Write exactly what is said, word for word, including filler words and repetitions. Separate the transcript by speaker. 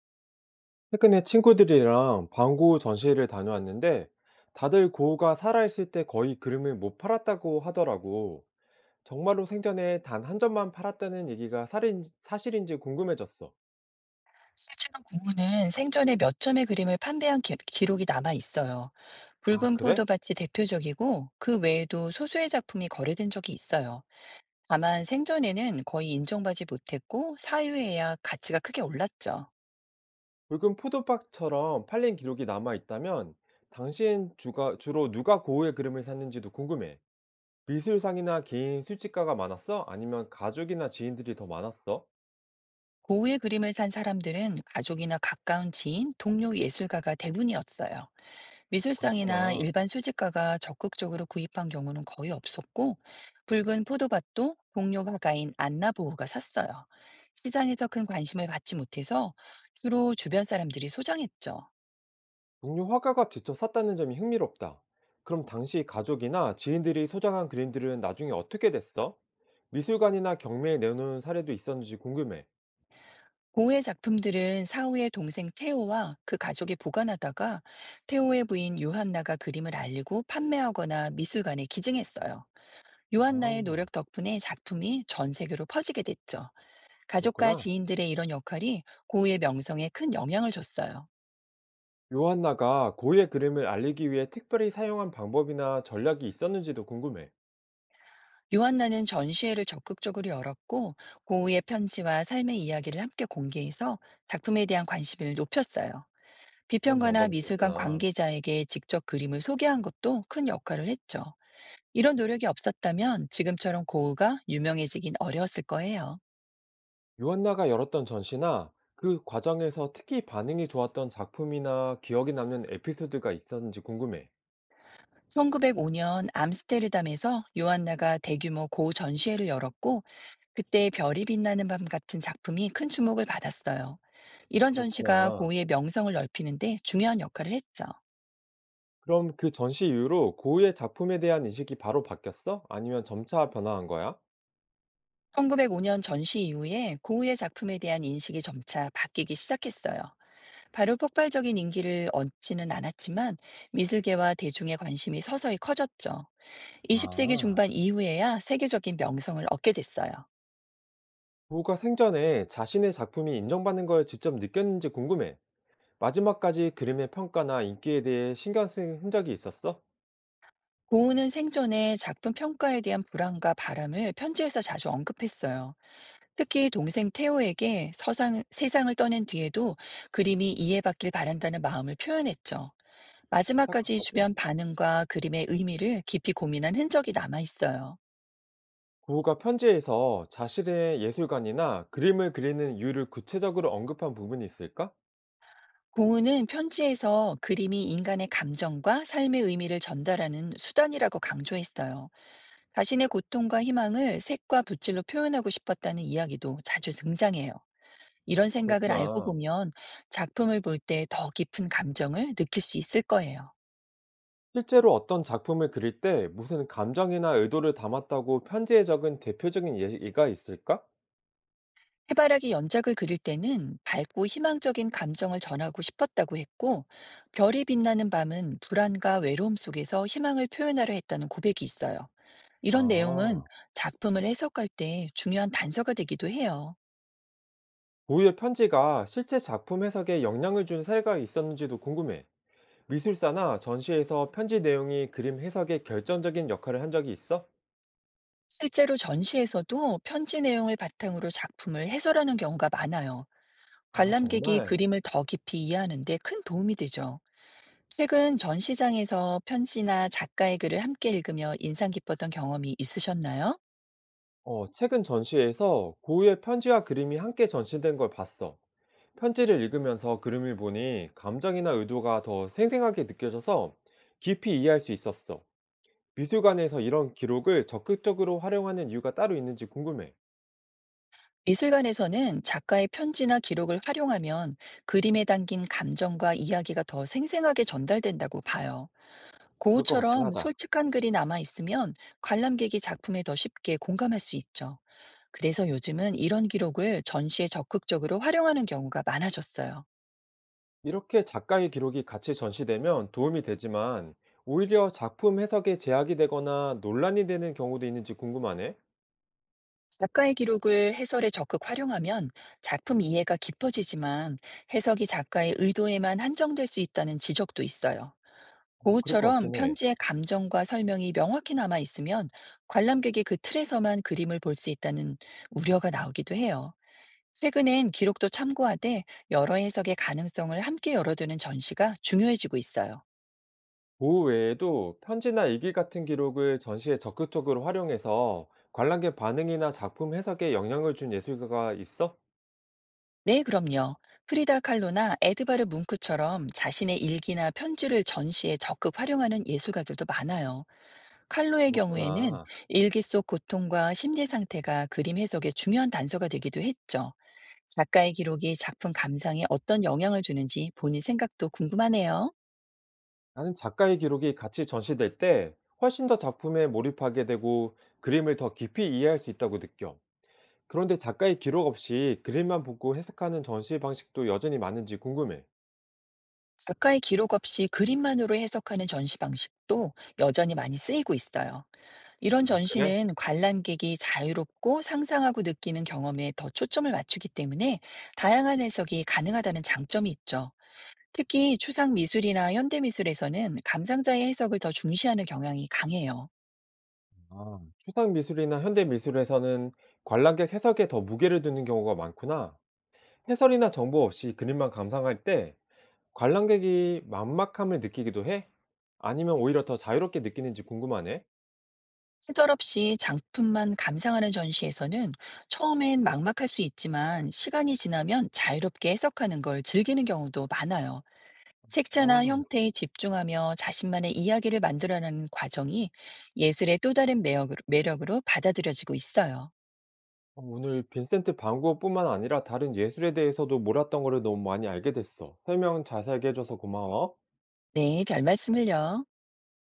Speaker 1: 최근에 친구들이랑 방구 전시회를 다녀왔는데 다들 고우가 살아있을 때 거의 그림을 못 팔았다고 하더라고. 정말로 생전에 단 한 점만 팔았다는 얘기가 살인, 사실인지 궁금해졌어.
Speaker 2: 실제로 고흐는 생전에 몇 점의 그림을 판매한 기, 기록이 남아 있어요.
Speaker 1: 아,
Speaker 2: 붉은
Speaker 1: 그래?
Speaker 2: 포도밭이 대표적이고 그 외에도 소수의 작품이 거래된 적이 있어요. 다만 생전에는 거의 인정받지 못했고 사유에야 가치가 크게 올랐죠.
Speaker 1: 붉은 포도박처럼 팔린 기록이 남아있다면 당시엔 주가, 주로 누가 고우의 그림을 샀는지도 궁금해. 미술상이나 개인 술집가가 많았어? 아니면 가족이나 지인들이 더 많았어?
Speaker 2: 고흐의 그림을 산 사람들은 가족이나 가까운 지인, 동료 예술가가 대부분이었어요. 미술상이나
Speaker 1: 그렇구나.
Speaker 2: 일반 수집가가 적극적으로 구입한 경우는 거의 없었고, 붉은 포도밭도 동료 화가인 안나 보호가 샀어요. 시장에서 큰 관심을 받지 못해서 주로 주변 사람들이 소장했죠.
Speaker 1: 동료 화가가 직접 샀다는 점이 흥미롭다. 그럼 당시 가족이나 지인들이 소장한 그림들은 나중에 어떻게 됐어? 미술관이나 경매에 내놓은 사례도 있었는지 궁금해.
Speaker 2: 보호의 작품들은 사후에 동생 테오와 그 가족이 보관하다가 테오의 부인 요한나가 그림을 알리고 판매하거나 미술관에 기증했어요.
Speaker 1: 아,
Speaker 2: 요한나의 노력 덕분에 작품이 전 세계로 퍼지게 됐죠. 가족과
Speaker 1: 그렇구나.
Speaker 2: 지인들의 이런 역할이 고흐의 명성에 큰 영향을 줬어요.
Speaker 1: 요한나가 고유의 그림을 알리기 위해 특별히 사용한 방법이나 전략이 있었는지도 궁금해.
Speaker 2: 요한나는 전시회를 적극적으로 열었고 고흐의 편지와 삶의 이야기를 함께 공개해서 작품에 대한 관심을 높였어요.
Speaker 1: 그런
Speaker 2: 비평가나
Speaker 1: 방법이
Speaker 2: 미술관
Speaker 1: 있었구나.
Speaker 2: 관계자에게 직접 그림을 소개한 것도 큰 역할을 했죠. 이런 노력이 없었다면 지금처럼 고흐가 유명해지긴 어려웠을 거예요.
Speaker 1: 요한나가 열었던 전시나 그 과정에서 특히 반응이 좋았던 작품이나 기억에 남는 에피소드가 있었는지 궁금해.
Speaker 2: 천구백오 년 암스테르담에서 요한나가 대규모 고전시회를 열었고, 그때 별이 빛나는 밤 같은 작품이 큰 주목을 받았어요. 이런 전시가
Speaker 1: 그렇구나.
Speaker 2: 고흐의 명성을 넓히는데 중요한 역할을 했죠.
Speaker 1: 그럼 그 전시 이후로 고흐의 작품에 대한 인식이 바로 바뀌었어? 아니면 점차 변화한 거야?
Speaker 2: 천구백오 년 전시 이후에 고흐의 작품에 대한 인식이 점차 바뀌기 시작했어요. 바로 폭발적인 인기를 얻지는 않았지만 미술계와 대중의 관심이 서서히 커졌죠. 이십 세기
Speaker 1: 아,
Speaker 2: 중반 이후에야 세계적인 명성을 얻게 됐어요.
Speaker 1: 고흐가 생전에 자신의 작품이 인정받는 걸 직접 느꼈는지 궁금해. 마지막까지 그림의 평가나 인기에 대해 신경 쓴 흔적이 있었어?
Speaker 2: 고우는 생전에 작품 평가에 대한 불안과 바람을 편지에서 자주 언급했어요. 특히 동생 테오에게 서상, 세상을 떠낸 뒤에도 그림이 이해받길 바란다는 마음을 표현했죠. 마지막까지
Speaker 1: 안타깝다, 좀.
Speaker 2: 주변 반응과 그림의 의미를 깊이 고민한 흔적이 남아 있어요.
Speaker 1: 고흐가 편지에서 자신의 예술관이나 그림을 그리는 이유를 구체적으로 언급한 부분이 있을까?
Speaker 2: 고우는 편지에서 그림이 인간의 감정과 삶의 의미를 전달하는 수단이라고 강조했어요. 자신의 고통과 희망을 색과 붓질로 표현하고 싶었다는 이야기도 자주 등장해요. 이런 생각을 알고
Speaker 1: 그렇구나.
Speaker 2: 보면 작품을 볼 때 더 깊은 감정을 느낄 수 있을 거예요.
Speaker 1: 실제로 어떤 작품을 그릴 때 무슨 감정이나 의도를 담았다고 편지에 적은 대표적인 예가 있을까?
Speaker 2: 해바라기 연작을 그릴 때는 밝고 희망적인 감정을 전하고 싶었다고 했고, 별이 빛나는 밤은 불안과 외로움 속에서 희망을 표현하려 했다는 고백이 있어요. 이런 내용은
Speaker 1: 아,
Speaker 2: 작품을 해석할 때 중요한 단서가 되기도 해요.
Speaker 1: 고유의 편지가 실제 작품 해석에 영향을 준 사례가 있었는지도 궁금해. 미술사나 전시에서 편지 내용이 그림 해석에 결정적인 역할을 한 적이 있어?
Speaker 2: 실제로 전시에서도 편지 내용을 바탕으로 작품을 해설하는 경우가 많아요.
Speaker 1: 아,
Speaker 2: 관람객이
Speaker 1: 정말?
Speaker 2: 그림을 더 깊이 이해하는 데 큰 도움이 되죠. 최근 전시장에서 편지나 작가의 글을 함께 읽으며 인상 깊었던 경험이 있으셨나요?
Speaker 1: 어, 최근 전시회에서 고유의 편지와 그림이 함께 전시된 걸 봤어. 편지를 읽으면서 그림을 보니 감정이나 의도가 더 생생하게 느껴져서 깊이 이해할 수 있었어. 미술관에서 이런 기록을 적극적으로 활용하는 이유가 따로 있는지 궁금해.
Speaker 2: 미술관에서는 작가의 편지나 기록을 활용하면 그림에 담긴 감정과 이야기가 더 생생하게 전달된다고 봐요.
Speaker 1: 그럴 것 같긴
Speaker 2: 고흐처럼
Speaker 1: 하다.
Speaker 2: 솔직한 글이 남아있으면 관람객이 작품에 더 쉽게 공감할 수 있죠. 그래서 요즘은 이런 기록을 전시에 적극적으로 활용하는 경우가 많아졌어요.
Speaker 1: 이렇게 작가의 기록이 같이 전시되면 도움이 되지만 오히려 작품 해석에 제약이 되거나 논란이 되는 경우도 있는지 궁금하네.
Speaker 2: 작가의 기록을 해설에 적극 활용하면 작품 이해가 깊어지지만 해석이 작가의 의도에만 한정될 수 있다는 지적도 있어요.
Speaker 1: 그럴 것
Speaker 2: 고흐처럼
Speaker 1: 같긴 해.
Speaker 2: 편지의 감정과 설명이 명확히 남아 있으면 관람객이 그 틀에서만 그림을 볼 수 있다는 우려가 나오기도 해요. 최근엔 기록도 참고하되 여러 해석의 가능성을 함께 열어두는 전시가 중요해지고 있어요.
Speaker 1: 보호 외에도 편지나 일기 같은 기록을 전시에 적극적으로 활용해서 관람객 반응이나 작품 해석에 영향을 준 예술가가 있어?
Speaker 2: 네, 그럼요. 프리다 칼로나 에드바르 뭉크처럼 자신의 일기나 편지를 전시에 적극 활용하는 예술가들도 많아요. 칼로의 경우에는
Speaker 1: 그렇구나.
Speaker 2: 일기 속 고통과 심리 상태가 그림 해석의 중요한 단서가 되기도 했죠. 작가의 기록이 작품 감상에 어떤 영향을 주는지 본인 생각도 궁금하네요.
Speaker 1: 나는 작가의 기록이 같이 전시될 때 훨씬 더 작품에 몰입하게 되고 그림을 더 깊이 이해할 수 있다고 느껴. 그런데 작가의 기록 없이 그림만 보고 해석하는 전시 방식도 여전히 많은지 궁금해.
Speaker 2: 작가의 기록 없이 그림만으로 해석하는 전시 방식도 여전히 많이 쓰이고 있어요. 이런
Speaker 1: 아, 그래? 그래?
Speaker 2: 전시는 관람객이 자유롭고 상상하고 느끼는 경험에 더 초점을 맞추기 때문에 다양한 해석이 가능하다는 장점이 있죠. 특히 추상 미술이나 현대 미술에서는 감상자의 해석을 더 중시하는 경향이 강해요.
Speaker 1: 아, 추상 미술이나 현대 미술에서는 관람객 해석에 더 무게를 두는 경우가 많구나. 해설이나 정보 없이 그림만 감상할 때 관람객이 막막함을 느끼기도 해? 아니면 오히려 더 자유롭게 느끼는지 궁금하네.
Speaker 2: 시절없이 작품만 감상하는 전시에서는 처음엔 막막할 수 있지만 시간이 지나면 자유롭게 해석하는 걸 즐기는 경우도 많아요.
Speaker 1: 아, 어,
Speaker 2: 색채나 형태에 집중하며 자신만의 이야기를 만들어내는 과정이 예술의 또 다른 매력으로, 매력으로 받아들여지고 있어요.
Speaker 1: 오늘 빈센트 반 고흐뿐만 아니라 다른 예술에 대해서도 몰랐던 거를 너무 많이 알게 됐어. 설명 자세하게 해줘서 고마워.
Speaker 2: 네, 별 말씀을요.